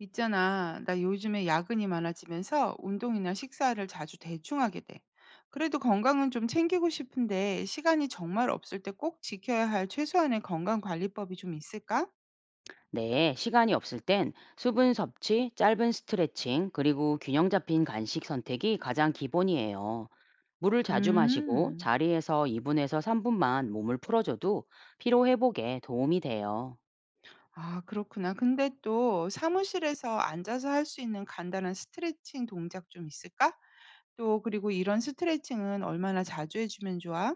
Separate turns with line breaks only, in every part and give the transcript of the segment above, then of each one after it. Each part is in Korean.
있잖아, 나 요즘에 야근이 많아지면서 운동이나 식사를 자주 대충하게 돼. 그래도 건강은 좀 챙기고 싶은데 시간이 정말 없을 때 꼭 지켜야 할 최소한의 건강 관리법이 좀 있을까?
네, 시간이 없을 땐 수분 섭취, 짧은 스트레칭, 그리고 균형 잡힌 간식 선택이 가장 기본이에요. 물을 자주 마시고
음,
자리에서 2분에서 3분만 몸을 풀어줘도 피로 회복에 도움이 돼요.
아, 그렇구나. 근데 또 사무실에서 앉아서 할 수 있는 간단한 스트레칭 동작 좀 있을까? 또 그리고 이런 스트레칭은 얼마나 자주 해주면 좋아?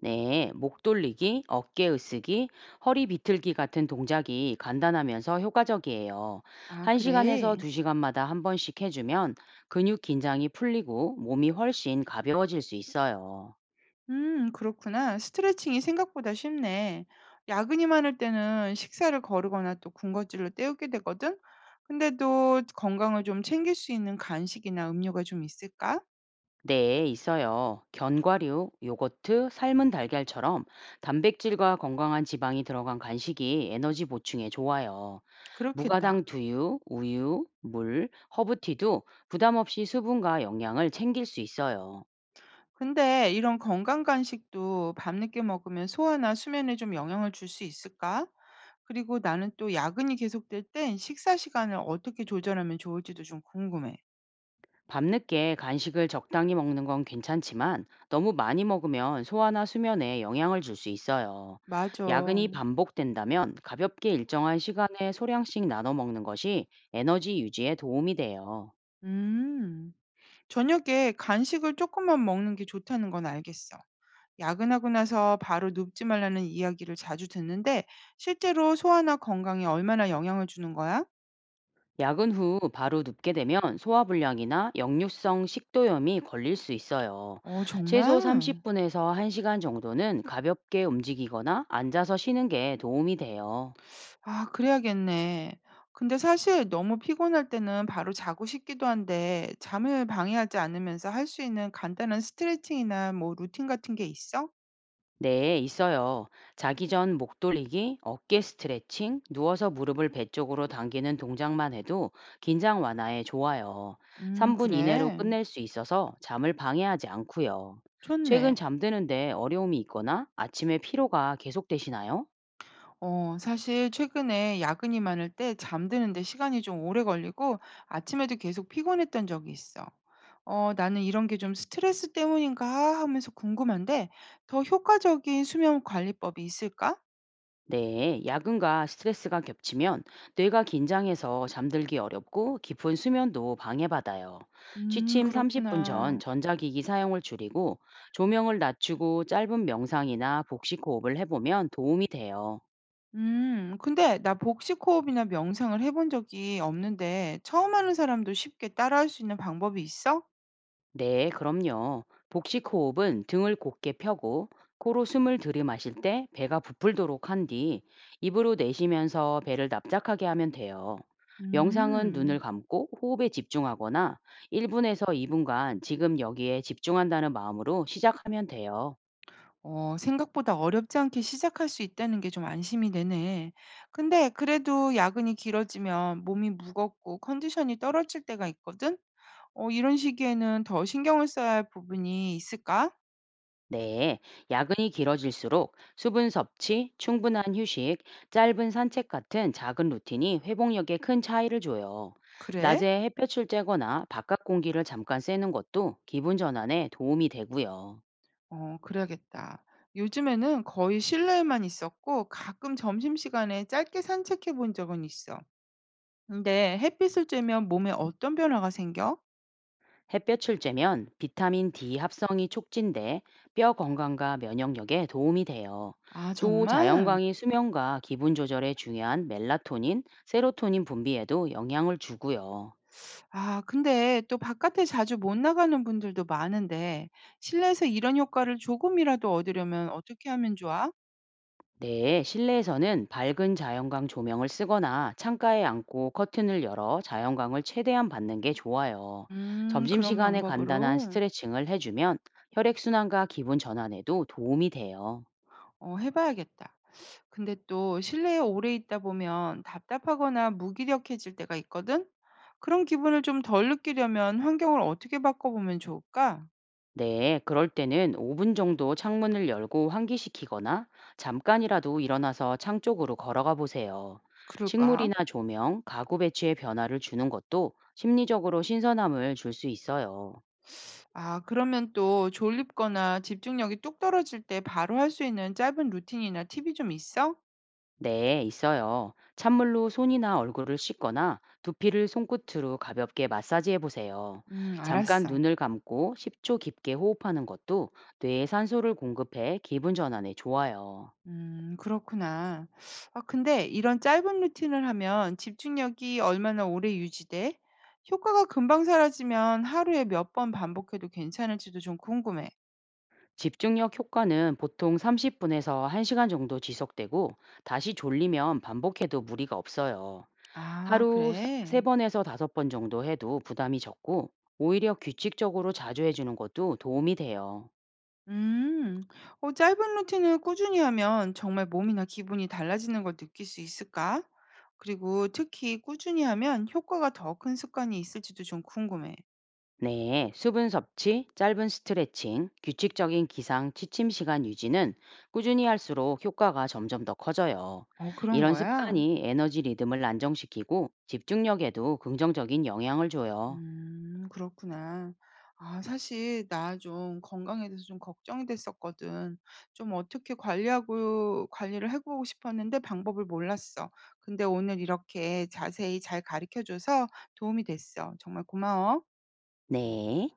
네, 목 돌리기, 어깨 으쓰기, 허리 비틀기 같은 동작이 간단하면서 효과적이에요.
아,
1시간에서
그래.
2시간마다 한 번씩 해주면 근육 긴장이 풀리고 몸이 훨씬 가벼워질 수 있어요.
그렇구나. 스트레칭이 생각보다 쉽네. 야근이 많을 때는 식사를 거르거나 또 군것질로 때우게 되거든. 근데도 건강을 좀 챙길 수 있는 간식이나 음료가 좀 있을까?
네, 있어요. 견과류, 요거트, 삶은 달걀처럼 단백질과 건강한 지방이 들어간 간식이 에너지 보충에 좋아요. 무가당
그렇겠다.
두유, 우유, 물, 허브티도 부담 없이 수분과 영양을 챙길 수 있어요.
근데 이런 건강 간식도 밤늦게 먹으면 소화나 수면에 좀 영향을 줄 수 있을까? 그리고 나는 또 야근이 계속될 땐 식사 시간을 어떻게 조절하면 좋을지도 좀 궁금해.
밤늦게 간식을 적당히 먹는 건 괜찮지만 너무 많이 먹으면 소화나 수면에 영향을 줄 수 있어요.
맞아.
야근이 반복된다면 가볍게 일정한 시간에 소량씩 나눠 먹는 것이 에너지 유지에 도움이 돼요.
음. 저녁에 간식을 조금만 먹는 게 좋다는 건 알겠어. 야근하고 나서 바로 눕지 말라는 이야기를 자주 듣는데 실제로 소화나 건강에 얼마나 영향을 주는 거야?
야근 후 바로 눕게 되면 소화불량이나 역류성 식도염이 걸릴 수 있어요.
어,
최소
정말?
30분에서 1시간 정도는 가볍게 움직이거나 앉아서 쉬는 게 도움이 돼요.
아, 그래야겠네. 근데 사실 너무 피곤할 때는 바로 자고 싶기도 한데 잠을 방해하지 않으면서 할 수 있는 간단한 스트레칭이나 뭐 루틴 같은 게 있어?
네, 있어요. 자기 전 목 돌리기, 어깨 스트레칭, 누워서 무릎을 배 쪽으로 당기는 동작만 해도 긴장 완화에 좋아요. 3분 이내로
그래.
끝낼 수 있어서 잠을 방해하지 않고요. 최근
좋네.
잠드는데 어려움이 있거나 아침에 피로가 계속되시나요?
어, 사실 최근에 야근이 많을 때 잠드는데 시간이 좀 오래 걸리고 아침에도 계속 피곤했던 적이 있어. 어, 나는 이런 게 좀 스트레스 때문인가 하면서 궁금한데 더 효과적인 수면 관리법이 있을까?
네, 야근과 스트레스가 겹치면 뇌가 긴장해서 잠들기 어렵고 깊은 수면도 방해받아요. 취침 30분 전
그렇구나.
전자기기 사용을 줄이고 조명을 낮추고 짧은 명상이나 복식 호흡을 해보면 도움이 돼요.
근데 나 복식호흡이나 명상을 해본 적이 없는데 처음 하는 사람도 쉽게 따라할 수 있는 방법이 있어?
네, 그럼요. 복식 호흡은 등을 곧게 펴고 코로 숨을 들이마실 때 배가 부풀도록 한 뒤 입으로 내쉬면서 배를 납작하게 하면 돼요. 명상은 눈을
음.
감고 호흡에 집중하거나 1분에서 2분간 지금 여기에 집중한다는 마음으로 시작하면 돼요.
어, 생각보다 어렵지 않게 시작할 수 있다는 게 좀 안심이 되네. 근데 그래도 야근이 길어지면 몸이 무겁고 컨디션이 떨어질 때가 있거든? 어, 이런 시기에는 더 신경을 써야 할 부분이 있을까?
네, 야근이 길어질수록 수분 섭취, 충분한 휴식, 짧은 산책 같은 작은 루틴이 회복력에 큰 차이를 줘요.
그래?
낮에 햇볕을 쬐거나 바깥 공기를 잠깐 쐬는 것도 기분 전환에 도움이 되고요.
어, 그래야겠다. 요즘에는 거의 실내에만 있었고 가끔 점심시간에 짧게 산책해 본 적은 있어. 근데 햇빛을 쬐면 몸에 어떤 변화가 생겨?
햇볕을 쬐면 비타민 D 합성이 촉진돼 뼈 건강과 면역력에 도움이 돼요.
아,
또
정말?
자연광이 수면과 기분 조절에 중요한 멜라토닌, 세로토닌 분비에도 영향을 주고요.
아, 근데 또 바깥에 자주 못 나가는 분들도 많은데 실내에서 이런 효과를 조금이라도 얻으려면 어떻게 하면 좋아?
네, 실내에서는 밝은 자연광 조명을 쓰거나 창가에 앉고 커튼을 열어 자연광을 최대한 받는 게 좋아요.
음, 그런
점심시간에 간단한
방법으로.
스트레칭을 해주면 혈액순환과 기분 전환에도 도움이 돼요.
어, 해 봐야겠다. 근데 또 실내에 오래 있다 보면 답답하거나 무기력해질 때가 있거든. 그런 기분을 좀 덜 느끼려면 환경을 어떻게 바꿔 보면 좋을까?
네, 그럴 때는 5분 정도 창문을 열고 환기시키거나 잠깐이라도 일어나서 창 쪽으로 걸어가 보세요.
그럴까?
식물이나 조명, 가구 배치에 변화를 주는 것도 심리적으로 신선함을 줄 수 있어요.
아, 그러면 또 졸립거나 집중력이 뚝 떨어질 때 바로 할 수 있는 짧은 루틴이나 팁이 좀 있어?
네, 있어요. 찬물로 손이나 얼굴을 씻거나 두피를 손끝으로 가볍게 마사지해 보세요.
음,
잠깐
알았어.
눈을 감고 10초 깊게 호흡하는 것도 뇌에 산소를 공급해 기분 전환에 좋아요.
음, 그렇구나. 아, 근데 이런 짧은 루틴을 하면 집중력이 얼마나 오래 유지돼? 효과가 금방 사라지면 하루에 몇 번 반복해도 괜찮을지도 좀 궁금해.
집중력 효과는 보통 30분에서 1시간 정도 지속되고 다시 졸리면 반복해도 무리가 없어요.
아,
하루
그래?
3번에서 5번 정도 해도 부담이 적고 오히려 규칙적으로 자주 해주는 것도 도움이 돼요.
음. 어, 짧은 루틴을 꾸준히 하면 정말 몸이나 기분이 달라지는 걸 느낄 수 있을까? 그리고 특히 꾸준히 하면 효과가 더 큰 습관이 있을지도 좀 궁금해.
네, 수분 섭취, 짧은 스트레칭, 규칙적인 기상, 취침 시간 유지는 꾸준히 할수록 효과가 점점 더 커져요.
어, 그런
이런
거야?
습관이 에너지 리듬을 안정시키고 집중력에도 긍정적인 영향을 줘요.
음, 그렇구나. 아, 사실 나 좀 건강에 대해서 좀 걱정이 됐었거든. 좀 어떻게 관리하고 관리를 해 보고 싶었는데 방법을 몰랐어. 근데 오늘 이렇게 자세히 잘 가르쳐 줘서 도움이 됐어. 정말 고마워.
네.